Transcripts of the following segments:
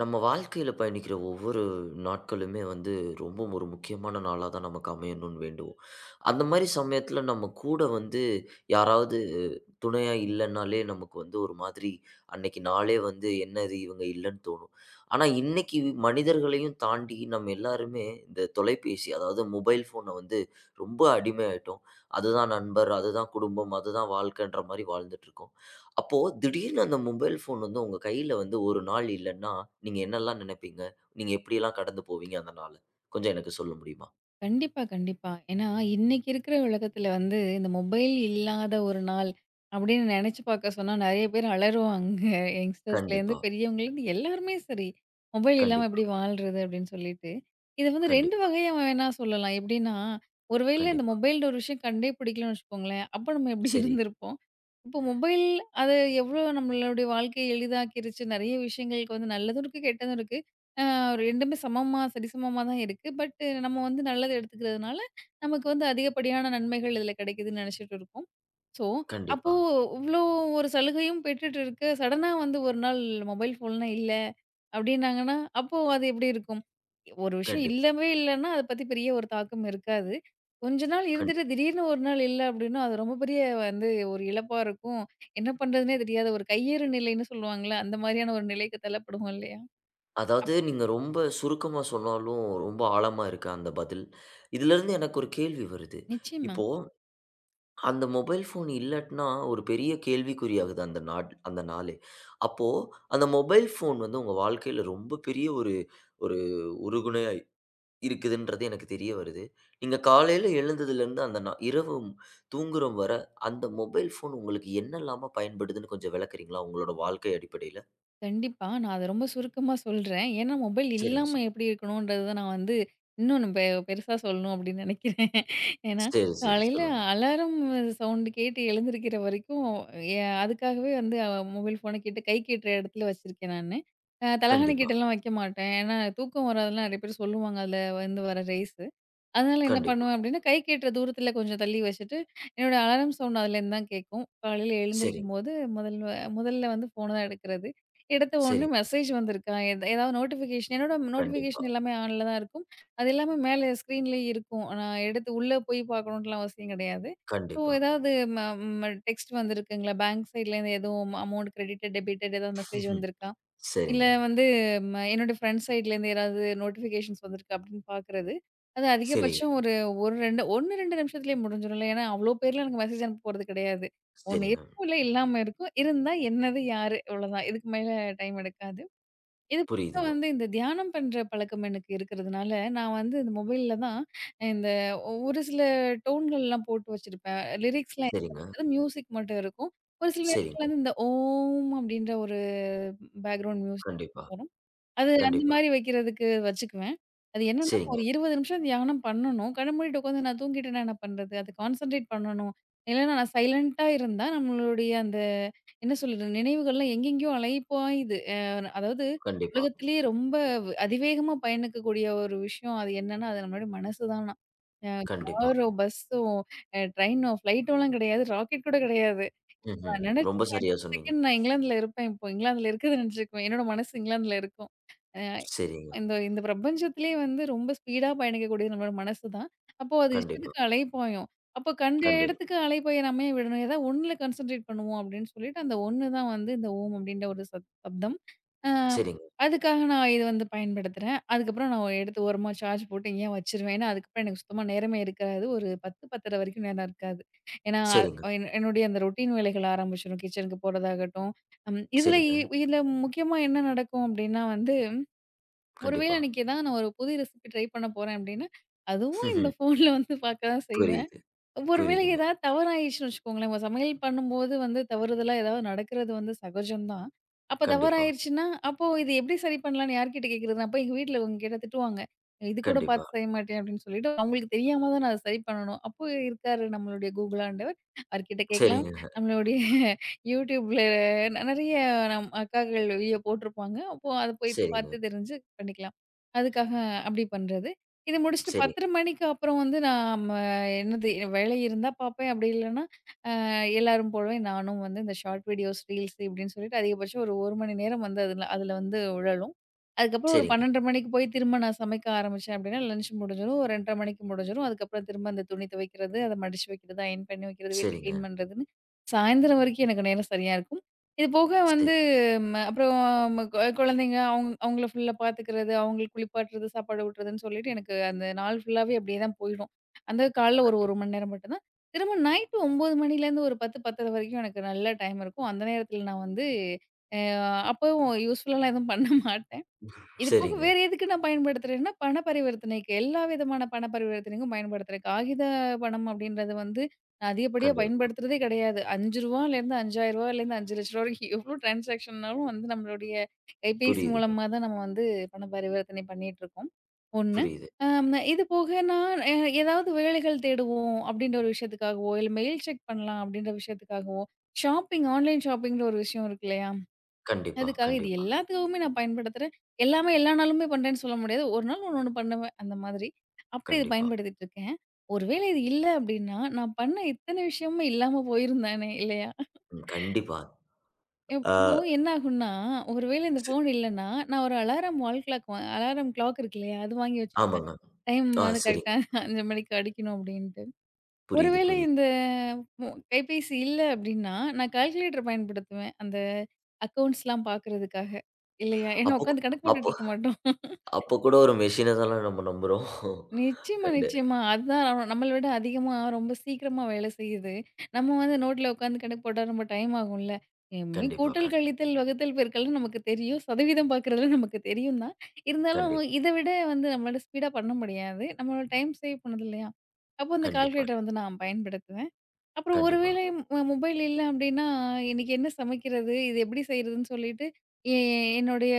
நம்ம வாழ்க்கையில் பயணிக்கிற ஒவ்வொரு நாட்களுமே வந்து ரொம்ப ஒரு முக்கியமான நாளாக தான் நமக்கு அமையணும்னு வேண்டுவோம். அந்த மாதிரி சமயத்தில் நம்ம கூட வந்து யாராவது துணையாக இல்லைன்னாலே நமக்கு வந்து ஒரு மாதிரி அன்னைக்கு நாளே வந்து என்னது இவங்க இல்லைன்னு தோணும். ஆனால் இன்னைக்கு மனிதர்களையும் தாண்டி நம்ம எல்லாருமே இந்த தொலைபேசி அதாவது மொபைல் ஃபோனை வந்து ரொம்ப அடிமையாயிட்டோம். அதுதான் நண்பர், அதுதான் குடும்பம், அதுதான் வாழ்க்கைன்ற மாதிரி வாழ்ந்துட்டு இருக்கோம். அப்போ திடீர்னு அந்த மொபைல் ஃபோன் வந்து உங்க கையில வந்து ஒரு நாள் இல்லன்னா, நீங்க என்னல்லாம் நினைப்பீங்க? நீங்க எப்படியெல்லாம் கடந்து போவீங்க அந்த நாள? கொஞ்சம் எனக்கு சொல்ல முடியுமா? கண்டிப்பா, கண்டிப்பா. ஏன்னா, இன்னைக்கு இருக்கிற உலகத்துல வந்து, இந்த மொபைல் இல்லாத ஒரு நாள் அப்படின்னு நெனைச்சு பார்க்க சொன்னா, நெறைய பேர் அலறுவாங்க. யங்ஸ்டர்ஸ்லேருந்து, கண்டிப்பா, பெரியவங்கலேருந்து எல்லாருமே சரி. மொபைல் இல்லாம கண்டிப்பா, எப்படி வாழ்றது? அப்படின்னு சொல்லிட்டு. இத வந்து 2 கண்டிப்பா, வகையா வேணா சொல்லலாம். எப்படின்னா, ஒருவேளை இந்த கண்டிப்பா. மொபைல்ன்ற ஒரு விஷயம் கண்டே பிடிக்கலன்னு வச்சுக்கோங்களேன். அப்ப நம்ம எப்படி சரி. இருந்திருப்போம்? இப்போ மொபைல் அது எவ்வளோ நம்மளுடைய வாழ்க்கைய எளிதாக்கிருச்சு. நெறைய விஷயங்களுக்கு வந்து நல்லதும் இருக்கு, கெட்டதும் இருக்கு. அ 2மே சமமா, சரிசமமா தான் இருக்கு. பட் நம்ம வந்து நல்லத எடுத்துக்கிறதுனால, நமக்கு வந்து அதிகப்படியான நன்மைகள் இதில கிடைக்குதுன்னு நெனச்சுட்டு இருக்கோம். ஸோ, அப்போ கண்டிப்பா, இவ்ளோ ஒரு சலுகையும் பெற்றுட்டு இருக்க, சடனா வந்து ஒரு நாள் மொபைல் ஃபோன்லாம் இல்ல அப்டின்னாங்கன்னா, அப்போ அது எப்டி இருக்கும்? ஒரு விஷயம் கண்டிப்பா, இல்லவே இல்லன்னா, அத பத்தி பெரிய ஒரு தாக்கம் இருக்காது. கொஞ்ச நாள் இருந்துட்டு கண்டிப்பா. திடீர்னு ஒரு நாள் இல்ல அப்டின்னா, அது ரொம்ப பெரிய வந்து ஒரு இழப்பா இருக்கும். என்ன பண்றதுன்னே தெரியாத ஒரு கையேறு நிலைன்னு சொல்லுவாங்கல்ல, அந்த மாரியான ஒரு நிலைக்கு தள்ளப்படுவோம் இல்லையா? அதாவது நீங்க ரொம்ப சுருக்கமா சொன்னாலும், ரொம்ப ஆழமா இருக்கு அந்த பதில். இதிலிருந்து எனக்கு ஒரு கேள்வி வருது. நிச்சயமா. இப்போ அந்த மொபைல் ஃபோன் இல்லாட்னா ஒரு பெரிய கேள்விக்குறியாகுது அந்த அந்த நாளே. அப்போ அந்த மொபைல் ஃபோன் வந்து உங்க வாழ்க்கையில ரொம்ப பெரிய ஒரு ஒரு உறுகுண இருக்குதுன்றது எனக்கு தெரிய வருது. நீங்க காலையில எழுந்ததுலேருந்து அந்த இரவு தூங்குற வர அந்த மொபைல் ஃபோன் உங்களுக்கு என்னலாம பயன்படுதுன்னு கொஞ்சம் விளக்குறீங்களா? உங்களோட வாழ்க்கை அடிப்படையில? கண்டிப்பா. நான் அத ரொம்ப சுருக்கமா சொல்றேன். ஏன்னா, மொபைல் சரிங்க இல்லாம சார். எப்படி இருக்கணுன்றத நான் வந்து இன்னும் பெருசா சொல்லணும் அப்படின்னு நெனைக்கிறேன். ஏன்னா, சரி, சரி. காலையில சொல்லுங்க. அலாரம் சவுண்ட் கேட்டு எழுந்திருக்கிற வரைக்கும், எ அதுக்காகவே வந்து மொபைல் ஃபோன கிட்ட கை கெட்டுற இடத்துல வச்சிருக்கேன் நானு. தலகாணி கண்டிப்பா, கிட்டலாம் வைக்க மாட்டேன். ஏன்னா, தூக்கம் வராதுலாம் நெறைய பேர் சொல்லுவாங்க. அதுல வந்து வர ரேஸ். அதனால என்ன கண்டிப்பா. பண்ணுவேன் அப்டின்னா, கை கெட்டுற தூரத்துல கொஞ்சம் தள்ளி வச்சுட்டு, என்னோட அலாரம் சவுண்ட் அதுலேருந்து தான் கேட்கும். காலையில சரிங்க, எழுந்திரிக்கும்போது முதல்வ முதல்ல முதல்ல வந்து ஃபோன தான் எடுக்கிறது. எடுத்த உடனே சரிங்க. மெசேஜ் வந்திருக்கா, ஏதாவது என்னோட கண்டிப்பா, நோட்டிஃபிகேஷன் எல்லாமே ஆன்ல தான் இருக்கும். அது எல்லாமே மேல ஸ்க்ரீன்லயே இருக்கும். நான் எடுத்து உள்ள போய் பார்க்கணுன்ட்டுலாம் அவசியம் கிடையாது. ஸோ கண்டிப்பா. ஏதாவது ம ம டெக்ஸ்ட் வந்திருக்குங்களா, பேங்க் சைட்லேருந்து எதுவும் அமௌண்ட் கிரெடிட்டட், டெபிட்டட் ஏதாவது மெசேஜ் ம்ஹும். வந்திருக்கா? இல்ல சரிங்க, வந்து என்னோட ஃப்ரெண்ட்ஸ் சைட்லேருந்து ஏதாவது நோட்டிஃபிகேஷன்ஸ் வந்திருக்கு அப்படின்னு பார்க்குறது. அது சரி, அதிகபட்சம் ஒரு 1, 2 நிமிஷத்திலேயே முடிஞ்சிரும்ல. ஏன்னா அவ்ளோ பேர்லாம் எனக்கு மெசேஜ் அனுப்ப போறது கிடையாது. ஒண்ணு சரிங்க. இருக்கும், இல்ல இல்லாம இருக்கும். இருந்தா என்னது, யாரு? இவ்வளோதான். இதுக்கு மேல டைம் எடுக்காது. இது போக புரியுதுங்க. வந்து இந்த தியானம் பண்ற பழக்கம் எனக்கு இருக்கிறதுனால, நான் வந்து இந்த மொபைல்ல தான் இந்த ஒரு சில டோன்கள்லாம் போட்டு வச்சிருப்பேன். லிரிக்ஸ்லாம் எதுவும் சரிங்க, இருக்காது. மியூசிக் மட்டும் இருக்கும். ஒரு சில சரிங்க. நேரங்கள்ல வந்து இந்த ஓம் அப்படின்ற ஒரு பேக்கிரவுண்ட் மியூசிக் கண்டிப்பா, வரும். அது அந்த கண்டிப்பா. மாரி வைக்கிறதுக்கு வச்சுக்குவேன். அது என்னன்னா, சரிங்க. ஒரு 20 நிமிஷம் தியானம் பண்ணணும். கண்ண மூடிட்டு உட்காந்து நான் தூங்கிட்டேன்னா என்ன பண்றது? அது கான்சன்ட்ரேட் பண்ணணும். இல்லன்னா நான் சைலன்ட்டா இருந்தா நம்மளுடைய அந்த என்ன சொல்றது? நினைவுகள்லாம் எங்கெங்கேயோ அலைப்பாயுது. அதாவது கண்டிப்பா, உலகத்திலேயே ரொம்ப அதிவேகமா பயணிக்கக்கூடிய ஒரு விஷயம் அது என்னன்னா, அது நம்மளுடைய மனசு தானாம். அ கண்டிப்பா. காரோ, பஸ்ஸோ, ட்ரெயினோ, ஃப்ளைட்டோலாம் கிடையாது. ராக்கெட் கூட கிடையாது. ம்ஹ்ம். நான் ரொம்ப நெனச்சேன் சரியா அடுத்த சொன்னீங்க. செகண்ட் நான் இங்கிலாந்துல இருப்பேன் இப்போ. இங்கிலாந்துல இருக்குதுன்னு நெனச்சுக்குவேன். என்னோட மனசு இங்கிலாந்துல இருக்கும். அ சரிங்க. இந்த இந்த பிரபஞ்சத்திலேயே வந்து ரொம்ப ஸ்பீடா பயணிக்கக்கூடியது நம்மளோட மனசு தான். அப்போ அது கண்டிப்பா, இஷ்டத்துக்கு அலைபாயும். அப்போ கண்ட கண்டிப்பா. இடத்துக்கு அலைபாய நம்ம ஏன் விடணும்? ஏதாவது ஒண்ணுல கான்சன்ட்ரேட் பண்ணுவோம் அப்படின்னு சொல்லிட்டு, அந்த ஒண்ணு தான் வந்து இந்த ஓம் அப்படின்ற ஒரு சத் சப்தம். அ சரிங்க, அதுக்காக நான் இது வந்து பயன்படுத்துறேன். அதுக்கப்புறம் நான் எடுத்து ஓரமா சார்ஜ் போட்டு எங்கேயா வச்சுருவேன். ஏன்னா, அதுக்கப்புறம் எனக்கு சுத்தமா நேரமே இருக்காது. ஒரு 10, 10:30 வரைக்கும் நேரம் இருக்காது. ஏன்னா சரிங்க. என்னுடைய அந்த ரொட்டீன் வேலைகள் ஆரம்பிச்சிடும். கிச்சனுக்கு போறதாகட்டும். ம் இதுல இ சரிங்க. இதுல முக்கியமா என்ன நடக்கும் அப்டின்னா வந்து, ஒருவேள கண்டிப்பா. அன்னைக்கு ஏதாவது நான் ஒரு புது ரெசிபி ட்ரை பண்ண போறேன் அப்டின்னா, அதுவும் இந்த ம்ஹ்ம். ஃபோன்ல வந்து பார்க்க தான் செய்வேன். புரியுது, ஒருவேளை புரியுதுங்க. ஏதாவது தவறாயிருச்சுன்னு வச்சுக்கோங்களேன். நம்ம சமையல் பண்ணும்போது வந்து தவறுதலா ஏதாவது நடக்கிறது வந்து சகஜம் தான். அப்ப கண்டிப்பா, தவறாயிருச்சுன்னா, அப்போ இது எப்படி சரி பண்ணலான்னு யார்கிட்ட கேட்கிறது? அப்ப எங்க வீட்ல இவங்க கேட்டா திட்டுவாங்க. "இது கூட கண்டிப்பா. பார்த்து செய்ய மாட்டியா?" அப்படின்னு சொல்லிட்டு அவங்களுக்கு தெரியாம தான் நான் அத சரி பண்ணணும். அப்போ இருக்காரு நம்மளுடைய கூகுள் ஆண்டவர். அவர்கிட்ட கேட்கலாம். சரிங்க, நம்மளுடைய YouTubeல நெறைய நம் அக்காக்கள் வீடியோ போட்டிருப்பாங்க. அப்போ அத போய் சரிங்க, பார்த்து தெரிஞ்சு பண்ணிக்கலாம். அதுக்காக அப்படி பண்றது. இது முடிச்சுட்டு சரி, 10:30 மணிக்கு அப்புறம் வந்து நான் என்னது வேலை இருந்தா பார்ப்பேன். அப்படி இல்லன்னா, எல்லாரும் போலவே நானும் வந்து இந்த ஷார்ட் வீடியோஸ், ரீல்ஸ் இப்படின்னு சொல்லிட்டு அதிகபட்சம் ஒரு 1 மணி நேரம் வந்து அதில அதில வந்து உழலும். அதுக்கப்புறம் ஒரு சரிங்க, 12:30 மணிக்கு போய் திரும்ப நான் சமைக்க ஆரம்பிச்சேன் அப்படின்னா, லஞ்ச் முடிஞ்சிரும். ஒரு 2:30 மணிக்கு முடிஞ்சிரும். அதுக்கப்புறம் திரும்ப அந்த துணி துவைக்கிறது, அத மடிச்சு வைக்கிறது, அயர்ன் பண்ணி வைக்கிறது, வீட்ட சரிங்க, கிளீன் பண்றதுன்னு சாயந்தரம் வரைக்கும் எனக்கு நேரம் சரியா இருக்கும். இது போக சரி, வந்து அப்புறம் குழந்தைங்க அவுங்கள ஃபுல்லா பார்த்துக்கிறது, அவங்களுக்கு குளிப்பாட்டுறது, சாப்பாடு ஊட்டுறதுன்னு சொல்லிட்டு எனக்கு அந்த நாள் ஃபுல்லாவே அப்படியே தான் போயிடும். அந்த காலைல ஒரு 1 கண்டிப்பா. மணி நேரம் மட்டும் தான் திரும்ப நைட்டு 9 மணிலேருந்து ஒரு 10, 10:30 வரைக்கும் எனக்கு நல்ல டைம் இருக்கும். அந்த நேரத்தில நான் வந்து அ அப்பவும் யூஸ்ஃபுல்லாலாம் எதுவும் பண்ண மாட்டேன். இது போக சரிங்க, வேற எதுக்கு நான் பயன்படுத்துறேன்னா, பண பரிவர்த்தனைக்கு. எல்லா விதமான பண பரிவர்த்தனைக்கும் பயன்படுத்துறேன். காகித பணம் அப்படின்றது வந்து நான் அதிகப்படியா கண்டிப்பா. பயன்படுத்துறதே கிடையாது. ரூ. 5லேருந்து ரூ. 5,000லேருந்து ரூ. 5,00,000 வரைக்கும் எவ்வளோ டிரான்சாக்ஷன்னாலும் வந்து நம்மளுடைய கைபேசி புரியுதுங்க, மூலமா தான் நம்ம வந்து பண பரிவர்த்தனை பண்ணிட்டுருக்கோம். 1. புரியுது. இது போக நான் ஏதாவது வேலைகள் தேடுவோம் அப்படின்ற ஒரு விஷயத்துக்காகவோ, இல்ல மெயில் செக் பண்ணலாம் அப்படின்ற விஷயத்துக்காகவோ, ஆன்லைன் ஷாப்பிங்ன்ற ஒரு விஷயம் இருக்கு இல்லையா? கண்டிப்பா, அதுக்காக இது கண்டிப்பா, எல்லாத்துக்காகவுமே நான் பயன்படுத்துறேன். எல்லாமே எல்லா நாளுமே பண்றேன்னு சொல்ல முடியாது. ஒரு நாள் ஒண்ணு, ஒண்ணு பண்ணுவேன். அந்த மாதிரி. அப்படி இது கண்டிப்பா. பயன்படுத்திட்டு இருக்கேன். ஒருவேளை இது இல்ல அப்படின்னா, நான் பண்ண இத்தன விஷயமும் இல்லாம போயிருந்தானே இல்லையா? ம், கண்டிப்பா. ஆ இப்போ என்ன ஆகும்னா, ஒருவேளை இந்த சரி. ஃபோன் இல்லன்னா, நான் ஒரு அலாரம் கிளாக் இருக்கு இல்லையா? அது வாங்கி வச்சுக்குவேன். ஆமாங்க. டைம் வந்து சரிங்க. கரெக்ட்டா 5:00 மணிக்கு அடிக்கணும் அப்படின்ட்டு. புரியுது, ஒருவேளை புரியுது. இந்த கைபேசி இல்ல அப்டின்னா, நான் கால்குலேட்டர் பயன்படுத்துவேன். அந்த அக்கவுண்ட்ஸ்லாம் பார்க்குறதுக்காக. இல்லையா? ஏன்னா அப்போ உட்காந்து கணக்கு போட்டுட்டு அப்போ இருக்க மாட்டோம். அப்போ கூட ஒரு மெஷின தான நம்ம நம்புறோம். நிச்சயமா, கண்டு நிச்சயமா. அதுதான் நம்மள விட அதிகமா ரொம்ப சீக்கிரமா வேலை செய்யுது. நம்ம வந்து நோட்ல உட்காந்து கணக்கு போட்டா ரொம்ப டைம் ஆகும்ல. கண்டிப்பா, கூட்டல், கழித்தல், வகுத்தல், பெருக்கல்னு நமக்கு தெரியும். சதவீதம் பார்க்குறதுலாம் நமக்கு தெரியும் தான். இருந்தாலும் கண்டிப் இத விட வந்து நம்மளால ஸ்பீடா பண்ண முடியாது. நம்மளோட டைம் சேவ் பண்ணுது இல்லையா? அப்போ இந்த கண்டிப்பா, கால்குலேட்டர் வந்து நான் பயன்படுத்துவேன். அப்புறம் ஒரு கண்டிப்பா. வேளை மொபைல் இல்ல அப்டின்னா, இன்னைக்கு என்ன சமைக்கிறது? இது எப்படி செய்றதுன்னு சொல்லிட்டு, எ என்னுடைய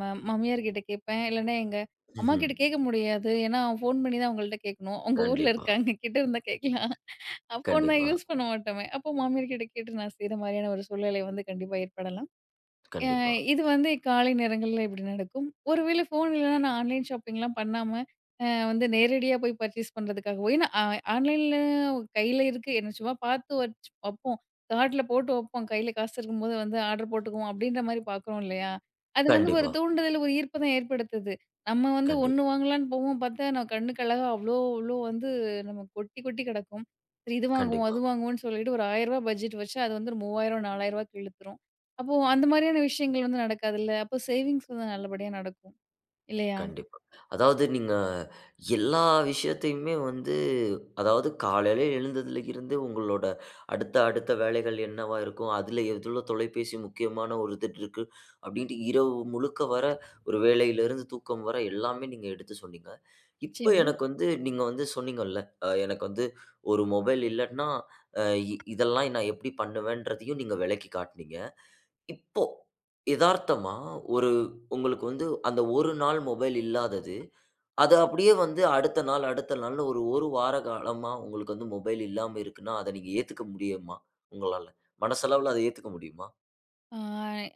மாமியார் கிட்ட கேட்பேன். இல்லன்னா எங்க அம்மா ம்ஹ்ம். கிட்ட கேட்க முடியாது. ஏன்னா, ஃபோன் பண்ணி தான் அவங்கள்ட்ட கேட்கணும். அவங்க ஊர்ல கண்டிப்பா, இருக்காங்க. கிட்ட இருந்தா கேட்கலாம். ஃபோன் நான் கண்டிப்பா, யூஸ் பண்ண மாட்டோமே. அப்போ மாமியார் கிட்ட கேட்டு நான் செய்ற மாரியான ஒரு சூழ்நிலை வந்து கண்டிப்பா ஏற்படலாம். அ கண்டிப்பா, இது வந்து காலை நேரங்கள்ல இப்படி நடக்கும். ஒருவேளை ஃபோன் இல்லன்னா நான் ஆன்லைன் ஷாப்பிங்லாம் பண்ணாம, வந்து நேரடியா போய் பர்ச்சேஸ் பண்றதுக்காகவோ ஏன்னா ஆன்லைன்ல கையில இருக்கு. என்ன சும்மா பார்த்து வப்போம். கார்ட்ல போட்டு வப்போம். கையில காசு இருக்கும்போது வந்து ஆர்டர் போட்டுக்குவோம் அப்படின்ற மாரி பார்க்குறோம் இல்லையா? அது வந்து ஒரு கண்டிப்பா. தூண்டுதல், ஒரு ஈர்ப்பு தான் ஏற்படுத்துது. நம்ம வந்து ஒண்ணு கண்டிப்பா, வாங்கலான்னு போவோம். பார்த்தா நான் கண்ணுக்கு அழகா அவ்ளோ அவ்ளோ வந்து நமக்கு கொட்டி கொட்டி கிடக்கும். சரி இது வாங்குவோம், கண்டிப்பா, அது வாங்குவோம்ன்னு சொல்லிட்டு ஒரு ரூ. 1000 பட்ஜெட் வச்சு அது வந்து ஒரு ரூ. 3000, ரூ. 4000க்கு இழுத்துரும். அப்போ அந்த மாதிரியான விஷயங்கள் வந்து நடக்காதுல்ல. அப்போ சேவிங்ஸ் வந்து நல்லபடியா நடக்கும். இல்லையா? கண்டிப்பா. அதாவது நீங்க எல்லா விஷயத்தையுமே வந்து அதாவது காலையில எழுந்ததுல இருந்து உங்களோட அடுத்த அடுத்த வேலைகள் என்னவா இருக்கும்? அதுல எவ்ளோ தொலைபேசி முக்கியமான ஒரு இது இருக்கு. அப்படின்ட்டு இரவு முழுக்க வர ஒரு வேலையிலிருந்து தூக்கம் வர எல்லாமே நீங்க எடுத்து சொன்னீங்க. இப்ப நிச்சயமா. எனக்கு வந்து நீங்க வந்து சொன்னீங்கல்ல, எனக்கு வந்து ஒரு மொபைல் இல்லன்னா, அ இ இதெல்லாம் நான் எப்படி பண்ணுவேன்றதையும் நீங்க விளக்கி காட்டுனீங்க. இப்போ எதார்த்தமா ஒரு உங்களுக்கு வந்து அந்த ஒரு நாள் மொபைல் இல்லாதது, அது அப்படியே வந்து அடுத்த நாள், அடுத்த நாள்னு ஒரு வார காலமா உங்களுக்கு வந்து மொபைல் இல்லாம இருக்குன்னா, அத நீங்க ஏத்துக்க முடியுமா? உங்களால? மனசளவுல அத ஏத்துக்க முடியுமா? ஆ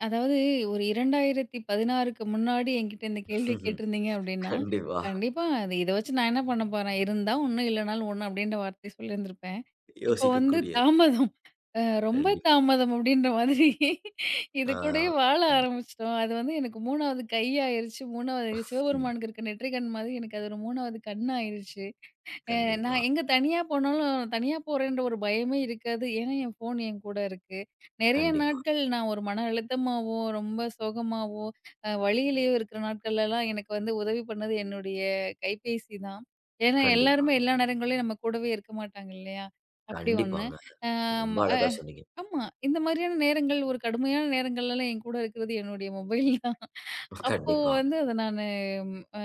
அதாவது ஒரு 2016க்கு முன்னாடி என்கிட்ட இந்த கேள்விய ம்ஹ்ம். கேட்டிருந்தீங்க அப்படின்னா, கண்டிப்பா. கண்டிப்பா அது இத வச்சு நான் என்ன பண்ண போறேன்? இருந்தா ஒண்ணு, இல்லனாலும் ஒண்ணு அப்படின்ற வார்த்தைய சொல்லியிருந்திருப்பேன். இப்போ வந்து யோசிக்கக்கூடியது. தாமதம். அ ரொம்ப கண்டிப்பா. தாமதம் அப்படின்ற மாதிரி இது ஆ கூடயே வாழ கண்டிப்பா. ஆரம்பிச்சுட்டோம். அது வந்து எனக்கு 3வது கை ஆயிருச்சு. 3வது ம். சிவபெருமானுக்கு இருக்க நெற்றிக்கண் மாதிரி எனக்கு அது ஒரு 3வது கண் ஆயிருச்சு. அ கண்டிப்பா, நான் எங்க தனியா போனாலும், தனியா போறேன்ற ஒரு பயமே இருக்காது. ஏன்னா என் ஃபோன் என் கூட இருக்கு. நெறைய கண்டிப்பா, நாட்கள் நான் ஒரு மன அழுத்தமாவோ, ரொம்ப சோகமாவோ, வலியிலயோ இருக்கிற நாட்கள்லலாம் எனக்கு வந்து உதவி பண்ணது என்னுடைய கைபேசி தான். ஏன்னா கண்டிப்பா, எல்லாருமே எல்லா நேரங்கள்லயும் நம்ம கூடவே இருக்க மாட்டாங்க இல்லையா? அப்படி ஒண்ணு. கண்டிப்பாங்க. ஆ ரொம்ப ம அ அழகா சொன்னீங்க. ஆமா. இந்த மாதிரியான நேரங்கள், ஒரு கடுமையான நேரங்கள்லலாம் என் கூட இருக்கிறது என்னுடைய மொபைல் தான். அப்போ கண்டிப்பா, வந்து அத நானு ம் அ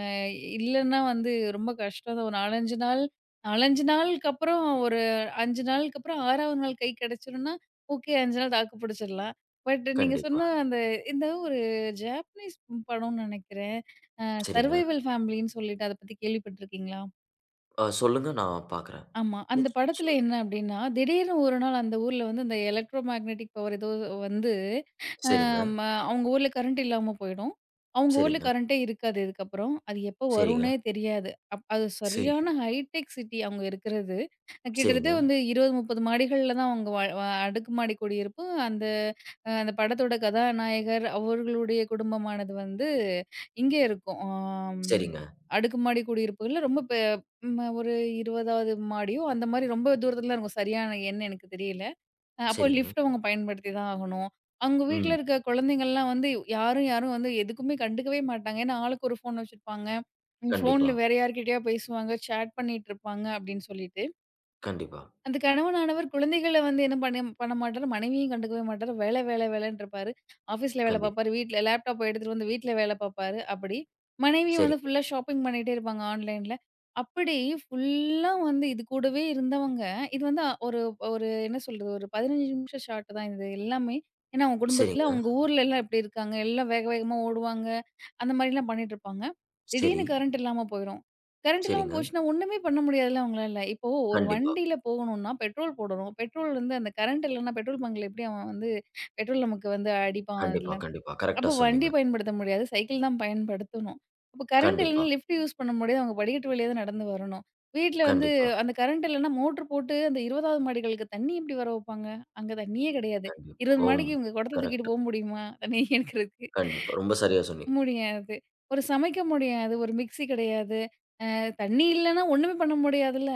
இல்லன்னா வந்து ரொம்ப கஷ்டம் தான். ஒரு 4, 5 நாள் 4, 5 நாளுக்கு அப்புறம் ஒரு 5 நாளுக்கு அப்புறம் 6வது நாள் கை கிடைச்சிரும்னா, ஓகே 5 நாள் தாக்கு பிடிச்சிடலாம். பட் நீங்க கண்டிப்பா. சொன்ன அந்த இந்த ஒரு ஜாப்பனீஸ் படம்னு நெனைக்கிறேன். அ சரிங்க. சர்வைவல் ஃபேமிலின்னு சொல்லிட்டு அத பத்தி கேள்விப்பட்டிருக்கீங்களா? சொல்லுங்க நான் பார்க்குறேன். ஆமா. அந்த நிச்ச படத்துல என்ன அப்டின்னா, திடீர்னு ஒரு நாள் அந்த ஊர்ல வந்து இந்த எலக்ட்ரோ மேக்னெட்டிக் பவர் ஏதோ வந்து, அ சரிங்க. ம அவங்க ஊர்ல கரண்ட் இல்லாம போயிடும். அவங்க ஊர்ல சரிங்க, கரண்ட்டே இருக்காது இதுக்கப்புறம். அது எப்போ சரிங்க, வரும்னே தெரியாது. அது சரி. சரியான ஹைடெக் சிட்டி அவங்க இருக்கிறது. சரிங்க, கிட்டத்தட்ட வந்து 20, 30 மாடிகள்ல தான் அவங்க வா வா அடுக்குமாடி குடியிருப்பு. அந்த அந்த படத்தோட கதாநாயகர் அவர்களுடைய குடும்பமானது வந்து இங்கே இருக்கும். ஆம் சரிங்க, அடுக்குமாடி குடியிருப்புகள்ல ரொம்ப பெ ம் ஒரு 20வது மாடியோ அந்த மாரி ரொம்ப தூரத்தில தான் இருக்கும். சரியான எண் எனக்கு தெரியல. அப்போ சரிங்க. லிஃப்ட் அவங்க பயன்படுத்தி தான் ஆகணும். அவங்க வீட்ல ம். இருக்க குழந்தைங்கள்லாம் வந்து யாரும் யாரும் வந்து எதுக்குமே கண்டுக்கவே மாட்டாங்க. ஏன்னா ஆளுக்கு ஒரு ஃபோன் வச்சிருப்பாங்க. கண்டிப்பா, ஃபோன்ல வேற யார்கிட்டயோ பேசுவாங்க, சேட் பண்ணிட்டு இருப்பாங்க அப்படின்னு சொல்லிட்டு. கண்டிப்பா, அந்த கணவனானவர் குழந்தைகள வந்து என்ன பண்ண பண்ண மாட்டாரு, மனைவியும் கண்டுக்கவே மாட்டாரு. வேல, வேல, வேலைன்னு இருப்பாரு. ஆஃபீஸ்ல வேல கண்டிப்பா. பார்ப்பாரு. வீட்ல லேப்டாப்ப எடுத்துட்டு வந்து வீட்ல வேல பார்ப்பாரு. அப்படி. மனைவியும் வந்து சரிங்க, ஃபுல்லா ஷாப்பிங் பண்ணிட்டே இருப்பாங்க ஆன்லைன்ல. அப்படி ஃபுல்லா வந்து இது கூடவே இருந்தவங்க, இது வந்து ஒரு ஒரு என்ன சொல்றது, ஒரு 15 நிமிஷம் ஷாட் தான் இது எல்லாமே. ஏன்னா, அவங்க குடும்பத்துல சரிங்க, அவங்க ஊர்ல எல்லாம் எப்படி இருக்காங்க, எல்லாம் வேக வேகமா ஓடுவாங்க. அந்த மாரிலாம் பண்ணிட்டு இருப்பாங்க. சரி, திடீர்னு கரண்ட் இல்லாம போயிரும். கரண்ட் இல்லாம சரிங்க. போச்சுன்னா ஒண்ணுமே பண்ண முடியாதுல்ல அவங்களால. ஒரு கண்டிப்பா, வண்டியில போகணும்னா பெட்ரோல் போடணும். பெட்ரோல் வந்து அந்த கரண்ட் இல்லன்னா பெட்ரோல் பங்க்ல எப்படி அவன் வந்து பெட்ரோல் நமக்கு வந்து அடிப்பான் கண்டிப்பா, அதுல. கண்டிப்பா. அப்ப கரெக்ட்டா வண்டி சொன்னீங்க. பயன்படுத்த முடியாது. சைக்கிள் தான் பயன்படுத்தணும். அப்ப கரண்ட் கண்டிப்பா, இல்லன்னா லிஃப்ட் யூஸ் பண்ண முடியாது. அவங்க படிக்கட்டு வழியா தான் நடந்து வரணும். வீட்ல வந்து கண்டிப்பா, அந்த கரண்ட் இல்லன்னா மோட்டர் போட்டு அந்த 20வது மாடிகளுக்கு தண்ணி எப்படி வர வைப்பாங்க? அங்க தண்ணியே கிடையாது. கண்டிப்பா. 20 ஓம்! மாடிக்கு இவங்க குடத்த தூக்கிட்டு கரெக்ட். போக முடியுமா? தண்ணி எடுக்கிறதுக்கு கண்டிப்பா. ரொம்ப சரியா சொன்னீங்க. முடியாது. ஒரு சமைக்க முடியாது. ஒரு மிக்ஸி கிடையாது. தண்ணி இல்லன்னா ஒண்ணுமே பண்ண முடியாதுல்ல.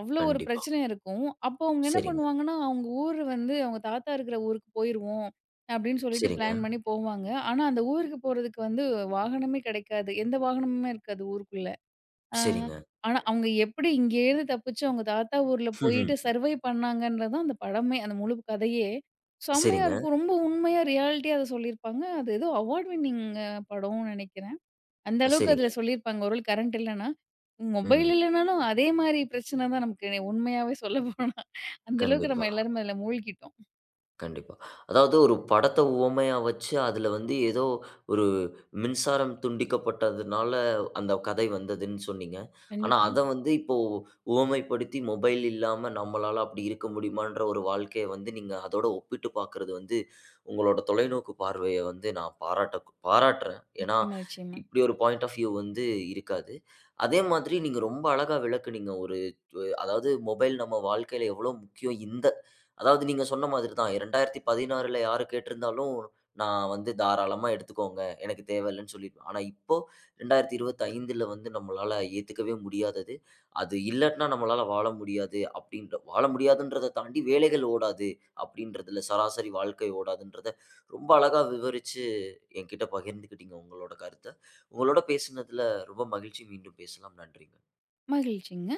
அவ்ளோ ஒரு கண்டிப்பா. பிரச்சனை இருக்கும். அப்போ அவங்க என்ன சரிங்க, பண்ணுவாங்கன்னா, அவங்க ஊர் வந்து அவங்க தாத்தா இருக்கிற ஊருக்கு போயிருவோம். அப்டின்னு சொல்லிட்டு சரிங்க, பிளான் பண்ணி போவாங்க. ஆனா, அந்த ஊருக்கு போறதுக்கு வந்து வாகனமே கிடைக்காது. எந்த வாகனமுமே இருக்காது ஊருக்குள்ள. ஆ சரிங்க. ஆனா, அவங்க எப்டி இங்கேருந்து தப்பிச்சு அவங்க தாத்தா ஊர்ல ம்ஹ்ம். போயிட்டு சர்வை பண்ணாங்கன்றது தான் அந்த படமே. அந்த முழு கதையே. செம்மையா சரிங்க, இருக்கும். ரொம்ப உண்மையா ரியாலிட்டியா அத சொல்லியிருப்பாங்க. அது ஏதோ அவார்ட் வின்னிங் படம்னு நெனைக்கிறேன். அந்த அளவுக்கு சரிங்க, அதுல சொல்லியிருப்பாங்க. ஒரு வேள கரண்ட் இல்லன்னா, மொபைல் ம். இல்லனாலும் அதே மாரி பிரச்சனை தான் நமக்கு உண்மையாவே சொல்ல போனா. அந்த அளவுக்கு நம்ம கண்டிப்பா. எல்லாருமே அதுல மூழ்கிட்டோம். கண்டிப்பா. அதாவது ஒரு படத்த உவமையா வச்சு, அதுல வந்து ஏதோ ஒரு மின்சாரம் துண்டிக்கப்பட்டதுனால அந்த கதை வந்ததுன்னு சொன்னீங்க. ஆனா, கண்டிப்பா. அத வந்து இப்போ உவமைப்படுத்தி மொபைல் இல்லாம நம்மளால அப்படி இருக்க முடியுமான்ற ஒரு வாழ்க்கைய வந்து நீங்க அதோட ஒப்பிட்டு பார்க்கறது வந்து, உங்களோட தொலைநோக்கு பார்வைய வந்து நான் பாராட்டுறேன். ஏன்னா, நிச்சயமா, நிச்சயமா. இப்படி ஒரு பாயிண்ட் ஆஃப் வியூ வந்து இருக்காது. அதே மாதிரி நீங்க ரொம்ப அழகா விளக்குனீங்க. ஒரு அதாவது மொபைல் நம்ம வாழ்க்கையில எவ்வளோ முக்கியம் இந்த அதாவது நீங்க சொன்ன மாதிரி தான். 2016ல யாரு கேட்டிருந்தாலும், நான் வந்து தாராளமா எடுத்துக்கோங்க. எனக்கு தேவையில்லன்னு சொல்லிருவேன். ஆனா இப்போ 2025ல வந்து நம்மளால ஏத்துக்கவே முடியாதது. அது இல்லாட்டினா நம்மளால வாழ முடியாது அப்படின்ற வாழ முடியாதுன்றத தாண்டி வேலைகள் ஓடாது அப்படின்றதுல சராசரி வாழ்க்கை ஓடாதுன்றத ரொம்ப அழகா விவரிச்சு என்கிட்ட பகிர்ந்துக்கிட்டீங்க உங்களோட கருத்த. உங்களோட பேசினதுல ரொம்ப மகிழ்ச்சி. மீண்டும் பேசலாம். நன்றி. மகிழ்ச்சிங்க.